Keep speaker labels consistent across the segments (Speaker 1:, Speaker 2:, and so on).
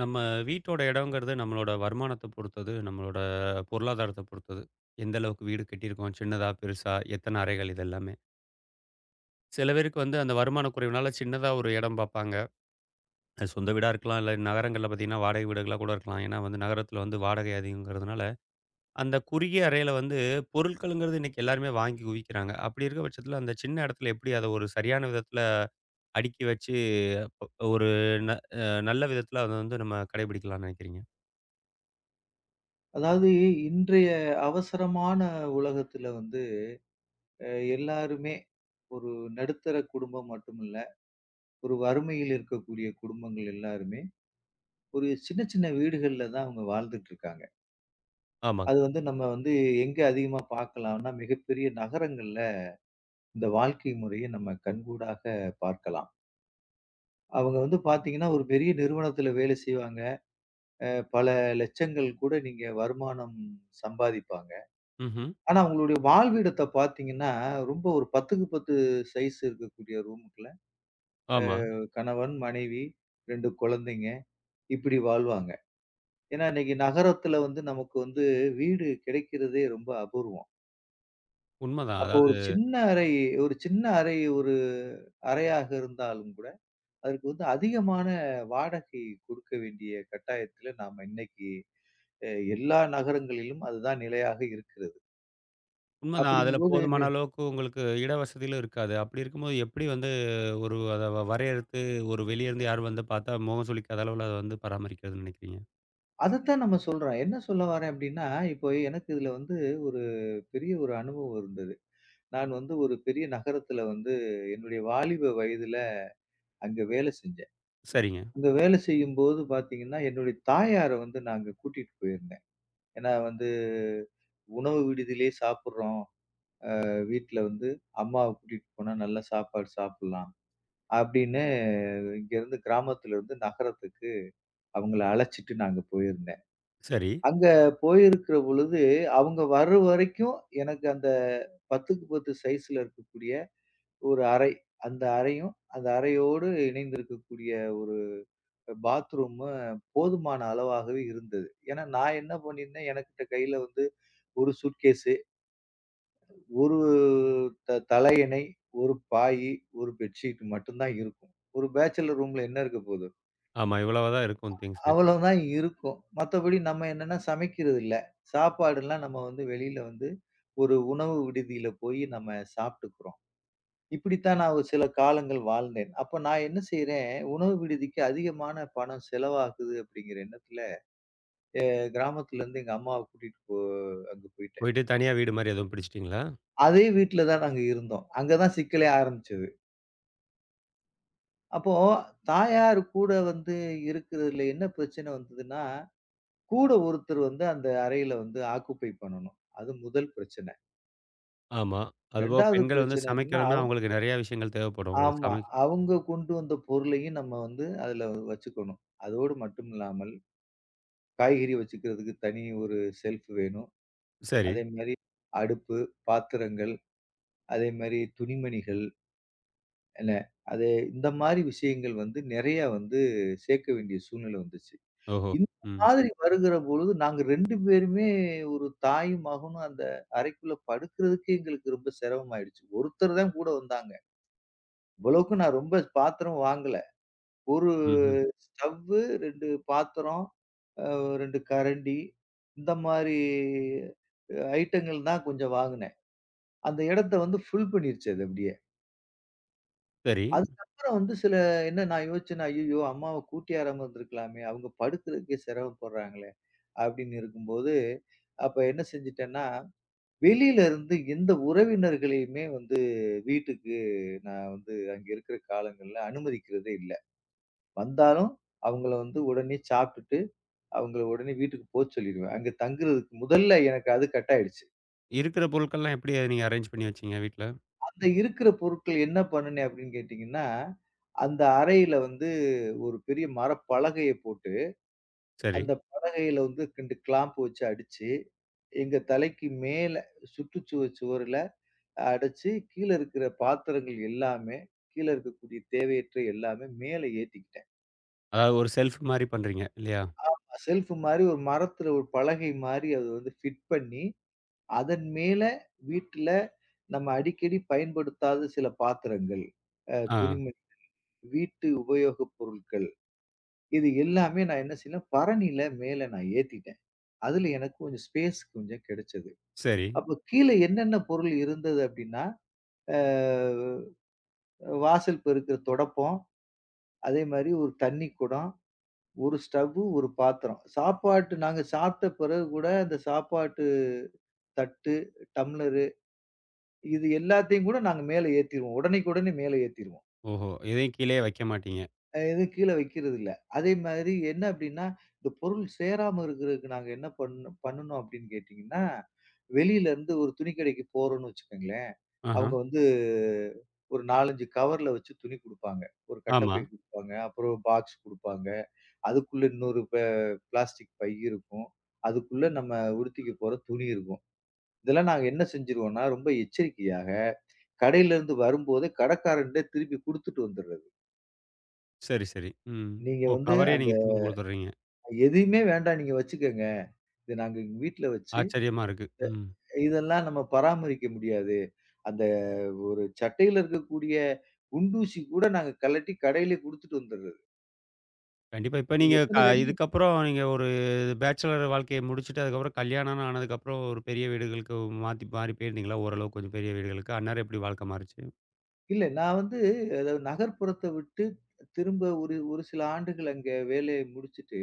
Speaker 1: நம்ம வீட்டோட இடங்கிறது நம்மளோட வருமானத்த பொறுத்தது, நம்மளோட பொருளாதாரத்த பொறுத்தது. எந்த அளவுக்கு வீடு கட்டியிருக்கோம், சின்னதா, பெருசா, எத்தன அறைகள் இது எல்லாமே. சில பேருக்கு வந்து அந்த வருமான குறைவுனால சின்னதா ஒரு இடம் பார்ப்பாங்க. அது சொந்த வீடா இருக்கலாம், இல்ல நகரங்கள்ல பார்த்தீங்கன்னா வாடகை வீடுகளா கூட இருக்கலாம். ஏன்னா வந்து நகரத்தில வந்து வாடகை அதிகங்கிறதுனால, அந்த குறுகிய அறையில வந்து பொருட்களுங்கிறது இன்னைக்கு எல்லாருமே வாங்கி குவிக்கிறாங்க. அப்படி இருக்க பட்சத்தில அந்த சின்ன இடத்துல எப்படி அத ஒரு சரியான விதத்தில அடுக்கி வச்சு, ஒரு ந அ நல்ல விதத்தில அத வந்து நம்ம கடைபிடிக்கலாம்னு நினைக்கிறீங்க?
Speaker 2: அதாவது, இன்றைய அவசரமான உலகத்துல வந்து, எல்லாருமே ஒரு நடுத்தர குடும்பம் மட்டுமில்ல, ஒரு வறுமையில் இருக்கக்கூடிய குடும்பங்கள் எல்லாருமே ஒரு சின்ன சின்ன வீடுகள்ல தான் அவங்க வாழ்ந்துட்டு இருக்காங்க.
Speaker 1: ஆமாங்க.
Speaker 2: அது வந்து நம்ம வந்து எங்க அதிகமா பார்க்கலாம்னா மிகப்பெரிய நகரங்கள்ல இந்த வாழ்க்கை முறையை நம்ம கண்கூடாக பார்க்கலாம். அவங்க வந்து பாத்தீங்கன்னா ஒரு பெரிய நிறுவனத்துல வேலை செய்வாங்க. பல லட்சங்கள் கூட நீங்க வருமானம் சம்பாதிப்பாங்க.
Speaker 1: ம்ஹ்ம்.
Speaker 2: ஆனா, உங்களுடைய வாழ்விடத்த பார்த்தீங்கன்னா, ரொம்ப ஒரு 10க்கு 10 சைஸ் இருக்கக்கூடிய ரூமுக்குள்ள,
Speaker 1: ஆமா.
Speaker 2: கணவன், மனைவி, 2 குழந்தைங்க, இப்படி வாழ்வாங்க. ஏன்னா, இன்னைக்கு நகரத்துல வந்து நமக்கு வந்து வீடு கிடைக்கிறதே ரொம்ப அபூர்வம்.
Speaker 1: உண்மதான்.
Speaker 2: அப்போ
Speaker 1: அதாவது
Speaker 2: ஒரு அறையாக இருந்தாலும் கூட, அதற்கு வந்து அதிகமான வாடகை கொடுக்க வேண்டிய கட்டாயத்துல நாம இன்னைக்கு அ எல்லா நகரங்களிலும் அதுதான் நிலையாக இருக்கிறது.
Speaker 1: உண்மதான். அதுல
Speaker 2: அப்படிங்கும்போது
Speaker 1: போதுமான
Speaker 2: மி
Speaker 1: அளவுக்கு உங்களுக்கு இட வசதிகளும் இருக்காது. அப்படி இருக்கும்போது எப்படி வந்து ஒரு அத வரையறுத்து ஒரு வெளிய இருந்து யாரும் வந்து பார்த்தா முகம் சுளிக்காத அளவுல அத வந்து பராமரிக்கிறதுன்னு நெனைக்கிறீங்க?
Speaker 2: அதத்தான் நம்ம சொல்றோம். என்ன சொல்ல வரேன் அப்டின்னா, இப்போ எனக்கு இதுல வந்து ஒரு பெரிய ஒரு அனுபவம் இருந்தது. நான் வந்து ஒரு பெரிய நகரத்துல வந்து என்னுடைய வாலிப வயதுல அங்க வேலை செஞ்சேன்.
Speaker 1: சரிங்க.
Speaker 2: அங்க வேலை செய்யும்போது பாத்தீங்கன்னா, என்னுடைய தாயார வந்து நான் அங்க கூட்டிட்டு போயிருந்தேன். ஏன்னா வந்து உணவு விடுதியிலேயே சாப்பிடுறோம். வீட்ல வந்து அம்மாவ கூட்டிட்டு போனா நல்லா சாப்பாடு சாப்பிடலாம். அப்டின்னு இங்கருந்து கிராமத்துலருந்து நகரத்துக்கு அவங்கள அழைச்சிட்டு நாங்க போயிருந்தேன்.
Speaker 1: சரி.
Speaker 2: அங்க போயிருக்கிற பொழுது, அவங்க வர்ற வரைக்கும் எனக்கு அந்த 10க்கு 10 சைஸ்ல இருக்கக்கூடிய ஒரு அறை, அந்த அறையும், அந்த அறையோடு இணைந்திருக்கக்கூடிய ஒரு பாத்ரூமும் போதுமான அளவாகவே இருந்தது. ஏன்னா, நான் என்ன பண்ணியிருந்தேன், எனக்கிட்ட கையில வந்து ஒரு சூட்கேஸு, ஒரு தலையணை, ஒரு பாயி, ஒரு பெட்ஷீட் மட்டும் தான் இருக்கும். ஒரு பேச்சலர் ரூம்ல என்ன இருக்க போது?
Speaker 1: ஆமா. இவ்வளவா தான் இருக்கும் திங்ஸு.
Speaker 2: அவ்வளவுதான் இருக்கும். மத்தபடி நம்ம என்னன்னா சமைக்கிறது இல்ல. சாப்பாடுலாம் நம்ம வந்து வெளியில வந்து ஒரு உணவு விடுதியில போய் நம்ம சாப்பிட்டுக்கிறோம். இப்படித்தான் நான் ஒரு சில காலங்கள் வாழ்ந்தேன். அப்ப நான் என்ன செய்றேன், உணவு விடுதிக்கு அதிகமான பணம் செலவாகுது அப்படிங்கிற எண்ணத்துல, கிராமத்துல இருந்து எங்க அம்மாவ கூட்டிட்டு அங்க போயிட்டேன்.
Speaker 1: போயிட்டு தனியா வீடு மாரி எதுவும் பிடிச்சிட்டீங்களா?
Speaker 2: அதே வீட்ல தான் நாங்க இருந்தோம். அங்க தான் சிக்கலே ஆரம்பிச்சது. அப்போ தாயார் கூட வந்து இருக்கிறதுல என்ன பிரச்சனை வந்ததுன்னா, கூட ஒருத்தர் வந்து அந்த அறையில வந்து ஆக்குபை பண்ணணும். அது முதல் பிரச்சனை.
Speaker 1: ஆமா. அதுபோக
Speaker 2: 2வது
Speaker 1: பெண்கள் வந்து
Speaker 2: பிரச்சனை என்னன்னா,
Speaker 1: சமைக்கணும்னா அவங்களுக்கு நெறைய விஷயங்கள் தேவைப்படும். ஒரு
Speaker 2: ஆமா,
Speaker 1: சமை
Speaker 2: அவங்க கொண்டு வந்த பொருளையும் நம்ம வந்து அதுல வச்சுக்கணும். அதோடு மட்டும் இல்லாமல், காய்கறி வச்சுக்கிறதுக்கு தனி ஒரு ஷெல்ஃப் வேணும்.
Speaker 1: சரி.
Speaker 2: அதேமாரி அடுப்பு, பாத்திரங்கள், அதேமாரி துணிமணிகள் இல்ல. அது இந்த மாரி விஷயங்கள் வந்து நெறைய வந்து சேர்க்க வேண்டிய சூழ்நிலை வந்துச்சு.
Speaker 1: ஓஹோ!
Speaker 2: இந்த
Speaker 1: ம்.
Speaker 2: மாதிரி வருகிற பொழுது நாங்க 2 பேருமே, ஒரு தாயும், மகனும், அந்த அறைக்குள்ள படுக்கிறதுக்கு எங்களுக்கு ரொம்ப சிரமமாயிடுச்சு. ஒருத்தர் தான் கூட வந்தாங்க. இவ்வளவுக்கும் நான் ரொம்ப பாத்திரம் வாங்கல. ஒரு
Speaker 1: ம்ஹ்ம்.
Speaker 2: ஸ்டவ்வு, 2 பாத்திரம், அ 2 கரண்டி, இந்த மாரி ஐட்டங்கள் தான் கொஞ்சம் வாங்குனேன். அந்த இடத்த வந்து ஃபுல் பண்ணிருச்சு அது அப்படியே.
Speaker 1: சரி.
Speaker 2: அதுக்கப்புறம் வந்து சில என்ன நான் யோசிச்சேன்னா, "ஐய்யய்யோ! அம்மாவ கூட்டியாராம இருந்திருக்கலாமே! அவங்க படுக்கிறதுக்கே சிரமப்படுறாங்களே!" அப்படின்னு இருக்கும்போது, அப்ப என்ன செஞ்சுட்டேன்னா, வெளியில இருந்து எந்த உறவினர்களையுமே வந்து வீட்டுக்கு நான் வந்து அங்க இருக்கிற காலங்கள்ல அனுமதிக்கிறதே இல்ல. வந்தாலும் அவங்கள வந்து உடனே சாப்பிட்டுட்டு, அவங்கள உடனே வீட்டுக்கு போ சொல்லிருவேன். அங்க தங்குறதுக்கு முதல்ல எனக்கு அது கட் ஆயிடுச்சு.
Speaker 1: இருக்கிற பொருட்கள்லாம் எப்படி நீங்க அரேஞ்ச் பண்ணி வச்சீங்க வீட்ல?
Speaker 2: அந்த இருக்கிற பொருட்கள் என்ன பண்ணுனேன் அப்படின்னு கேட்டீங்கன்னா, அந்த அறையில வந்து ஒரு பெரிய மரப்பலகைய போட்டு
Speaker 1: சரி.
Speaker 2: அந்த பலகையில வந்து கிண்டு கிளாம்ப் வச்சு அடிச்சு, எங்க தலைக்கு மேல சுற்றுச்சுவர் சுவருல அடைச்சு, கீழ இருக்கிற பாத்திரங்கள் எல்லாமே, கீழ இருக்கக்கூடிய தேவையற்ற எல்லாமே மேல ஏத்திக்கிட்டேன்.
Speaker 1: அதாவது ஒரு செல்ஃப் மாரி பண்றீங்க இல்லையா?
Speaker 2: ஷெல்ஃப் மாரி ஒரு மரத்துல ஒரு பலகை மாரி அது வந்து ஃபிட் பண்ணி, அதன் மேல வீட்ல நம்ம அடிக்கடி பயன்படுத்தாத சில பாத்திரங்கள்,
Speaker 1: ஆ.
Speaker 2: துணிமணி, வீட்டு உபயோகப் பொருட்கள், இது எல்லாமே நான் என்ன செய்யலாம், பரணியில மேல நான் ஏத்திட்டேன். அதுல எனக்கு கொஞ்சம் ஸ்பேஸ் கொஞ்சம் கிடைச்சது.
Speaker 1: சரி.
Speaker 2: அப்ப கீழ என்னென்ன பொருள் இருந்தது அப்படின்னா, அ வாசல் பெருக்குற துடைப்பம், அதே மாரி ஒரு தண்ணி குடம், ஒரு ஸ்டவ்வு, ஒரு பாத்திரம். சாப்பாட்டு நாங்க சாப்பிட்ட பிறகு கூட அந்த சாப்பாட்டு தட்டு, டம்ளரு, இது எல்லாத்தையும் கூட நாங்க மேல ஏத்திருவோம். உடனேக்கு உடனே மேல ஏத்திருவோம்.
Speaker 1: ஓஹோ! எதையும் கீழயே வைக்க மாட்டீங்க.
Speaker 2: எதுவும் கீழ வைக்கிறது இல்ல. அதே மாதிரி என்ன அப்டின்னா, இந்த பொருள் சேராம இருக்கிறதுக்கு நாங்க என்ன பண்ணணும் அப்படின்னு கேட்டீங்கன்னா, வெளியில இருந்து ஒரு துணி கடைக்கு போறோம்னு வச்சுக்கோங்களேன்.
Speaker 1: ஆஹா.
Speaker 2: அவங்க வந்து ஒரு 4, 5 கவர்ல வச்சு துணி குடுப்பாங்க. ஒரு
Speaker 1: ஆமா.
Speaker 2: கட்டப்பை குடுப்பாங்க. அப்புறம் பாக்ஸ் குடுப்பாங்க. அதுக்குள்ள இன்னொரு பிளாஸ்டிக் பை இருக்கும். அதுக்குள்ள நம்ம உடுத்திக்க போற துணி இருக்கும். இதெல்லாம் நாங்க என்ன செஞ்சுருவோம்னா, ரொம்ப எச்சரிக்கையாக கடையில இருந்து வரும்போதே கடைக்காரன்ட்ட திருப்பி குடுத்துட்டு வந்துர்றது.
Speaker 1: சரி, சரி. ம்.
Speaker 2: நீங்க
Speaker 1: ஓ!
Speaker 2: வந்து
Speaker 1: கவரே
Speaker 2: அந்த
Speaker 1: நீங்க திரும்ப குடுத்துடுறீங்க.
Speaker 2: எதையுமே வேண்டாம் நீங்க வச்சுக்கங்க, இது நாங்க எங்க வீட்ல வச்சு,
Speaker 1: ஆச்சரியமா இருக்கு. ம்.
Speaker 2: இதெல்லாம் நம்ம பராமரிக்க முடியாது. அந்த ஒரு சட்டையில இருக்கக்கூடிய குண்டூசி கூட நாங்க கழட்டி கடையில குடுத்துட்டு வந்துர்றது.
Speaker 1: கண்டிப்பா. இப்ப
Speaker 2: நீங்க
Speaker 1: நீங்க
Speaker 2: எத்தன கடைக்கு.
Speaker 1: இதுக்கப்புறம் நீங்க ஒரு பேச்சலர் வாழ்க்கைய முடிச்சுட்டு, அதுக்கப்புறம் கல்யாணம்னு ஆனதுக்கப்புறம் ஒரு பெரிய வீடுகளுக்கு மாத்தி மாறி போயிருந்தீங்களா? ஓரளவுக்கு கொஞ்சம் பெரிய வீடுகளுக்கு. அந்நேரம் எப்படி வாழ்க்கை மாறுச்சு?
Speaker 2: இல்ல, நான் வந்து அதாவது நகர்ப்புறத்த விட்டு திரும்ப ஒரு ஒரு சில ஆண்டுகள் அங்க வேலைய முடிச்சுட்டு,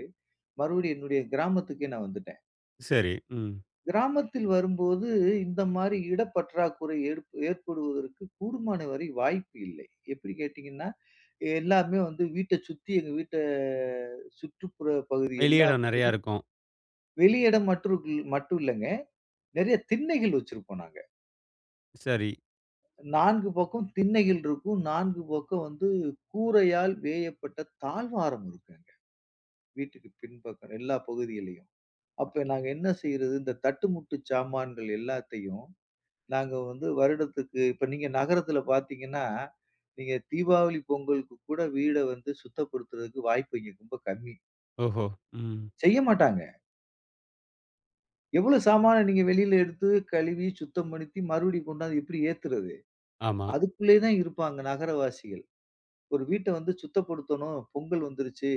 Speaker 2: மறுபடியும் என்னுடைய கிராமத்துக்கே நான் வந்துட்டேன்.
Speaker 1: சரி. ம்.
Speaker 2: கிராமத்தில் வரும்போது இந்த மாரி இடப்பற்றாக்குறை ஏற்படுவதற்கு கூடுமான வரை வாய்ப்பு இல்லை. எப்படி கேட்டீங்கன்னா, எல்லாமே வந்து வீட்ட சுத்தி எங்க வீட்ட சுற்றுப்புற பகுதி
Speaker 1: வெளி
Speaker 2: எல்லா
Speaker 1: இடம் நெறையா இருக்கும்.
Speaker 2: வெளியிடம் மற்றுக்கு மட்டும் இல்லங்க. நெறைய திண்ணைகள் வச்சிருப்போம் நாங்க.
Speaker 1: சரி.
Speaker 2: 4 பக்கம் திண்ணைகள் இருக்கும். 4 பக்கம் வந்து கூரையால் வேயப்பட்ட தாழ்வாரம் இருக்குங்க, வீட்டுக்கு பின்பக்கம் எல்லா பகுதியிலயும். அப்ப நாங்க என்ன செய்றது, இந்த தட்டுமுட்டு சாமான்கள் எல்லாத்தையும் நாங்க வந்து வருடத்துக்கு இப்ப நீங்க நகரத்துல பார்த்தீங்கன்னா, நீங்க தீபாவளி, பொங்கலுக்கு கூட வீட வந்து சுத்தப்படுத்துறதுக்கு வாய்ப்பு இங்க ரொம்ப கம்மி.
Speaker 1: ஓஹோ! ம்.
Speaker 2: செய்ய மாட்டாங்க. எவ்வளோ சாமான நீங்க வெளியில எடுத்து கழுவி, சுத்தம் படுத்தி மறுபடியும் கொண்டாந்து எப்படி ஏத்துறது?
Speaker 1: ஆமா.
Speaker 2: அதுக்குள்ளயே தான் இருப்பாங்க நகரவாசிகள். ஒரு வீட்ட வந்து சுத்தப்படுத்தணும், பொங்கல் வந்துருச்சு,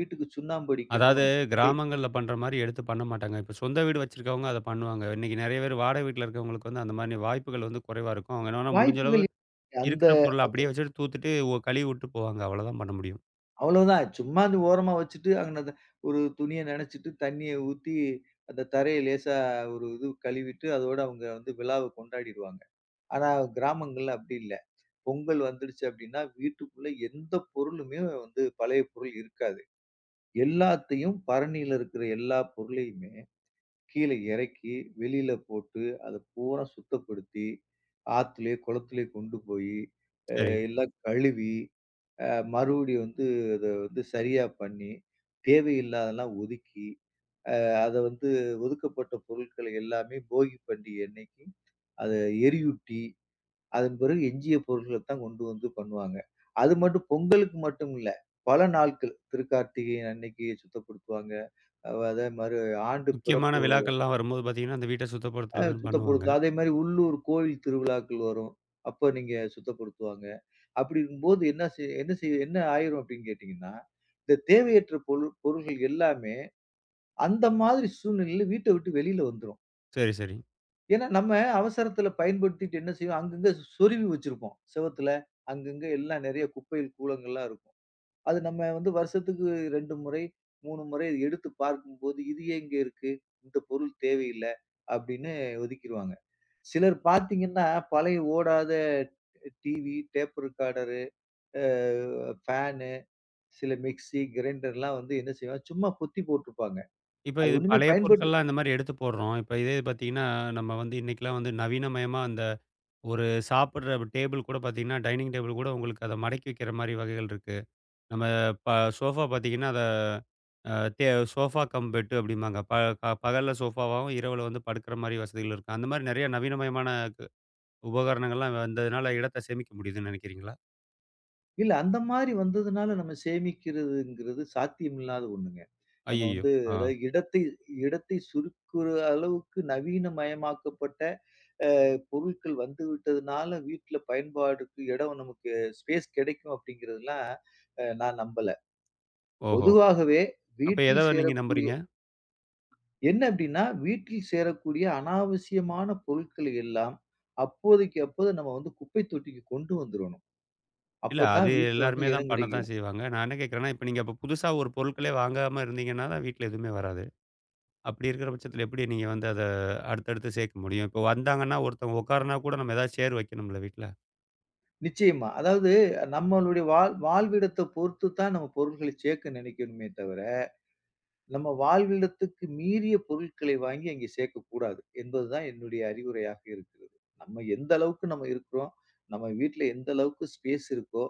Speaker 2: வீட்டுக்கு சுண்ணாம்பு
Speaker 1: அதாவது
Speaker 2: அடிக்கணும். எ
Speaker 1: கிராமங்கள்ல பண்ற மாரி எடுத்து பண்ண மாட்டாங்க. இப்ப சொந்த வீடு வச்சிருக்கவங்க அத பண்ணுவாங்க. இன்னைக்கு நெறைய பேர் வாடகை வீட்ல இருக்கவங்களுக்கு வந்து அந்த மாரி வாய்ப்புகள் வந்து குறைவா இருக்கும். அவங்க என்னன்னா முடிஞ்ச அளவு
Speaker 2: வாய்ப்புகள் இல்லை. அந்த
Speaker 1: இருக்கிற பொருள அப்படியே வச்சுட்டு தூத்துட்டு கழுவி விட்டு போவாங்க. அவ்வளோதான் பண்ண முடியும்.
Speaker 2: அவ்வளவுதான். சும்மா அந்த ஓரமா வச்சுட்டு, அங்கனத ஒரு துணிய நனச்சிட்டு, தண்ணிய ஊத்தி, அந்த தரைய லேசா ஒரு இது கழுவிட்டு, அதோட அவங்க வந்து விழாவ கொண்டாடிருவாங்க. ஆனா கிராமங்கள்ல அப்படி இல்ல. பொங்கல் வந்துடுச்சு அப்படின்னா, வீட்டுக்குள்ள எந்த பொருளுமே வந்து பழைய பொருள் இருக்காது. எல்லாத்தையும் பரணியில இருக்கிற எல்லா பொருளையுமே கீழ இறக்கி, வெளியில போட்டு, அத பூரா சுத்தப்படுத்தி, ஆத்துலயோ, குளத்திலயோ கொண்டு போயி
Speaker 1: சரி.
Speaker 2: எல்லாம் கழுவி, அ மறுபடியும் வந்து அத வந்து சரியா பண்ணி, தேவையில்லாததெல்லாம் ஒதுக்கி, அத வந்து ஒதுக்கப்பட்ட பொருட்கள் எல்லாமே போகி பண்டிகை அன்னைக்கு அத எரியூட்டி, அதன் பிறகு எஞ்சிய பொருட்கள தான் கொண்டு வந்து பண்ணுவாங்க. அது மட்டும் பொங்கலுக்கு மட்டும் இல்ல. பல நாட்கள் திருக்கார்த்திகை அன்னைக்கு சுத்தப்படுத்துவாங்க. அதே மாரி ஆண்டு
Speaker 1: முக்கியமான
Speaker 2: பிறப்பு
Speaker 1: விழாக்கள்லாம் வரும்போது பார்த்தீங்கன்னா, அந்த வீட்ட சுத்தப்படுத்துறதுன்னு பண்ணுவாங்க.
Speaker 2: சுத்தப்படுத்தும். அதே மாரி உள்ளூர் கோயில் திருவிழாக்கள் வரும். அப்ப நீங்க சுத்தப்படுத்துவாங்க. அப்படி இருக்கும்போது என்ன ஆயிரும் அப்படின்னு கேட்டீங்கன்னா, இந்த தேவையற்ற பொருள்கள் எல்லாமே அந்த மாதிரி சூழ்நிலையில வீட்ட விட்டு வெளியில வந்துரும்.
Speaker 1: சரி, சரி.
Speaker 2: ஏன்னா நம்ம அவசரத்துல பயன்படுத்திட்டு என்ன செய்வோம், அங்கங்க சொருவி வச்சிருப்போம். செவுத்துல, அங்கங்க எல்லாம் நெறைய குப்பைகள் கூளங்கள்லாம் இருக்கும். அது நம்ம வந்து வருஷத்துக்கு 2 முறை, 3 முறை இது எடுத்து பார்க்கும்போது, "இது எங்க இருக்கு? இந்த பொருள் தேவையில்ல." அப்படின்னு ஒதுக்கிருவாங்க. சிலர் பார்த்தீங்கன்னா, பழைய ஓடாத டிவி, டேப் ரெக்கார்டரு, அ ஃபேனு, சில மிக்ஸி, கிரைண்டர்லாம் வந்து என்ன செய்வாங்க, சும்மா பொத்தி போட்டுருப்பாங்க.
Speaker 1: இப்ப
Speaker 2: அது
Speaker 1: இது
Speaker 2: ஒண்ணுமே
Speaker 1: பழைய பொருட்கள்லாம் இந்த மாரி எடுத்து போடுறோம். இப்ப இதே பார்த்தீங்கன்னா, நம்ம வந்து இன்னைக்கெல்லாம் வந்து நவீனமயமா அந்த ஒரு சாப்பிடுற டேபிள் கூட பார்த்தீங்கன்னா, டைனிங் டேபிள் கூட உங்களுக்கு அத மடக்கி வைக்கிற மாரி வகைகள் இருக்கு. நம்ம ப சோஃபா பார்த்தீங்கன்னா, அத அ தே சோஃபா கம் பெட்டு அப்படிம்பாங்க. ப க பகல்ல சோஃபாவாவும், இரவுல வந்து படுக்கிற மாரி வசதிகள் இருக்கு. அந்த மாரி நெறைய நவீனமயமான கு உபகரணங்கள்லாம் வந்ததுனால இடத்த சேமிக்க முடியுதுன்னு நெனைக்கிறீங்களா?
Speaker 2: இல்ல, அந்த மாரி வந்ததுனால நம்ம சேமிக்கிறதுங்கிறது சாத்தியமில்லாத ஒண்ணுங்க. நம்ம
Speaker 1: ஐய்யய்யோ!
Speaker 2: வந்து
Speaker 1: ஆ.
Speaker 2: அதாவது இடத்தை இடத்தை சுருக்குற அளவுக்கு நவீனமயமாக்கப்பட்ட பொருட்கள் வந்து விட்டதுனால வீட்ல பயன்பாடுக்கு இடம் நமக்கு ஸ்பேஸ் கிடைக்கும் அப்படிங்கிறதெல்லாம் நான் நம்பல.
Speaker 1: ஓஹோ!
Speaker 2: பொதுவாகவே
Speaker 1: அப்ப எத
Speaker 2: வீட்டில்
Speaker 1: நீங்க
Speaker 2: சேரக்கூடிய
Speaker 1: நம்புறீங்க?
Speaker 2: என்ன அப்படின்னா, வீட்டில் சேரக்கூடிய அனாவசியமான பொருட்களை எல்லாம் அப்போதைக்கு அப்போது நம்ம வந்து குப்பை தொட்டிக்கு கொண்டு வந்துரணும்.
Speaker 1: இல்ல
Speaker 2: அப்பதான்
Speaker 1: அது
Speaker 2: வீட்ல வந்து
Speaker 1: எல்லாருமே தான்
Speaker 2: இடம்
Speaker 1: பண்ண தான்
Speaker 2: கிடைக்கும்.
Speaker 1: செய்வாங்க. நான் என்ன கேட்கிறேன்னா, இப்ப நீங்க அப்ப புதுசா ஒரு பொருட்களே வாங்காம இருந்தீங்கன்னா தான் வீட்ல எதுவுமே வராது. அப்படி இருக்கிற பட்சத்தில எப்படி நீங்க வந்து அத அடுத்தடுத்து சேர்க்க முடியும்? இப்போ வந்தாங்கன்னா, ஒருத்தவங்க உட்காருனா கூட நம்ம ஏதாவது சேர் வைக்கணும்ல வீட்ல?
Speaker 2: நிச்சயமா. அதாவது நம்மளுடைய வாழ்விடத்த பொறுத்து தான் நம்ம பொருள்களை சேர்க்க நினைக்கணுமே தவிர, நம்ம வாழ்விடத்துக்கு மீறிய பொருட்களை வாங்கி அங்கே சேர்க்கக்கூடாது என்பதுதான் என்னுடைய அறிவுரையாக இருக்கிறது. நம்ம எந்த அளவுக்கு நம்ம இருக்கிறோம், நம்ம வீட்ல எந்த அளவுக்கு ஸ்பேஸ் இருக்கோ,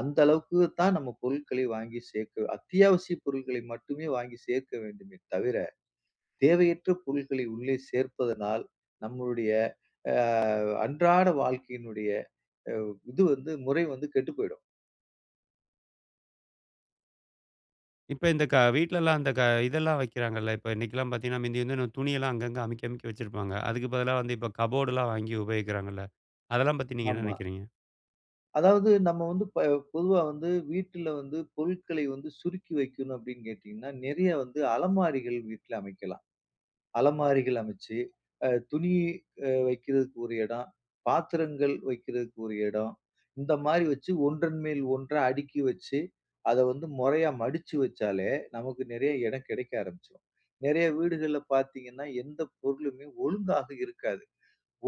Speaker 2: அந்த அளவுக்கு தான் நம்ம பொருட்களை வாங்கி சேர்க்க, அத்தியாவசிய பொருட்களை மட்டுமே வாங்கி சேர்க்க வேண்டுமே தவிர, தேவையற்ற பொருட்களை உள்ளே சேர்ப்பதனால் நம்மளுடைய அ அன்றாட வாழ்க்கையினுடைய அ இது வந்து முறை வந்து கெட்டுப் போயிடும்.
Speaker 1: இப்ப இந்த வீட்லலாம் அந்த இதெல்லாம் வைக்கிறாங்கல்ல. இப்ப இன்னைக்கெல்லாம் பார்த்தீங்கன்னா, முந்தி வந்து நம்ம துணியெல்லாம் அங்கங்க அமுக்கி அமுக்கி வச்சிருப்பாங்க. அதுக்கு பதிலா வந்து இப்ப கபோர்டுலாம் வாங்கி உபயோகிக்கிறாங்கல்ல. அதெல்லாம் பத்தி நீங்க என்ன
Speaker 2: ஆமா.
Speaker 1: நினைக்கிறீங்க?
Speaker 2: அதாவது நம்ம வந்து பொதுவா வந்து வீட்டுல வந்து பொருட்களை வந்து சுருக்கி வைக்கணும் அப்படின்னு கேட்டீங்கன்னா, நிறைய வந்து அலமாரிகள் வீட்ல அமைக்கலாம். அலமாரிகள் அமைச்சு, அ துணி அ வைக்கிறதுக்கு ஒரு இடம், பாத்திரங்கள் வைக்கிறதுக்கு ஒரு இடம். இந்த மாரி வச்சு ஒன்றன் மேல் ஒன்றா அடுக்கி வச்சு, அத வந்து முறையா மடிச்சு வச்சாலே, நமக்கு நிறைய இடம் கிடைக்க ஆரம்பிச்சுரும். நிறைய வீடுகள்ல பார்த்தீங்கன்னா, எந்த பொருளுமே ஒழுங்காக இருக்காது.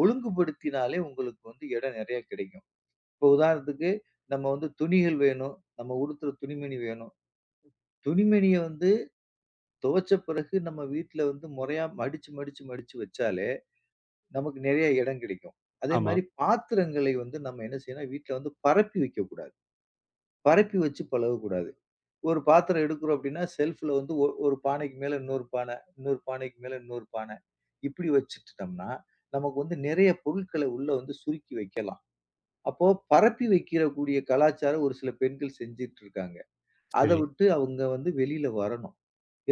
Speaker 2: ஒழுங்குபடுத்தினாலே உங்களுக்கு வந்து இடம் நிறைய கிடைக்கும். இப்போ உதாரணத்துக்கு நம்ம வந்து துணிகள் வேணும். நம்ம உடுத்துற துணிமணி வேணும். துணிமணிய வந்து துவைச்ச பிறகு நம்ம வீட்ல வந்து முறையா மடிச்சு, மடிச்சு, மடிச்சு வச்சாலே நமக்கு நெறைய இடம் கிடைக்கும். அதே
Speaker 1: ஆமா.
Speaker 2: மாரி பாத்திரங்களை வந்து நம்ம என்ன செய்யணும்னா, வீட்ல வந்து பரப்பி வைக்கக்கூடாது. பரப்பி வச்சு பழகக்கூடாது. ஒரு பாத்திரம் எடுக்கிறோம் அப்படின்னா, செல்ஃப்ல வந்து ஒரு பானைக்கு மேல இன்னொரு பானை, இன்னொரு பானைக்கு மேல இன்னொரு பானை. இப்படி வச்சுட்டுட்டோம்னா, நமக்கு வந்து நெறைய பொருட்களை உள்ள வந்து சுருக்கி வைக்கலாம். அப்போ பரப்பி வைக்கிற கூடிய கலாச்சாரம் ஒரு சில பெண்கள் செஞ்சுட்டு இருக்காங்க. அத
Speaker 1: சரி.
Speaker 2: விட்டு அவங்க வந்து வெளியில வரணும்.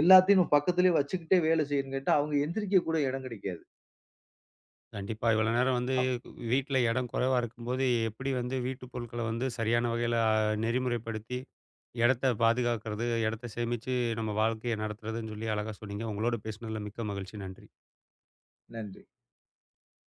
Speaker 2: எல்லாத்தையும் நம்ம பக்கத்திலேயே வச்சுக்கிட்டே வேலை செய்யணும்னு கேட்டா, அவங்க எந்திரிக்க கூட இடம் கிடைக்காது.
Speaker 1: கண்டிப்பா. இவ்வளோ நேரம் வந்து
Speaker 2: அப்
Speaker 1: வீட்ல இடம் குறைவா இருக்கும்போது, எப்படி வந்து வீட்டு பொருட்கள வந்து சரியான வகையில நெறிமுறைப்படுத்தி, இடத்த பாதுகாக்கிறது, இடத்த சேமிச்சு நம்ம வாழ்க்கைய நடத்துறதுன்னு சொல்லி அழகா சொன்னீங்க. உங்களோட பேசினதில மிக்க மகிழ்ச்சி. நன்றி.
Speaker 2: நன்றி.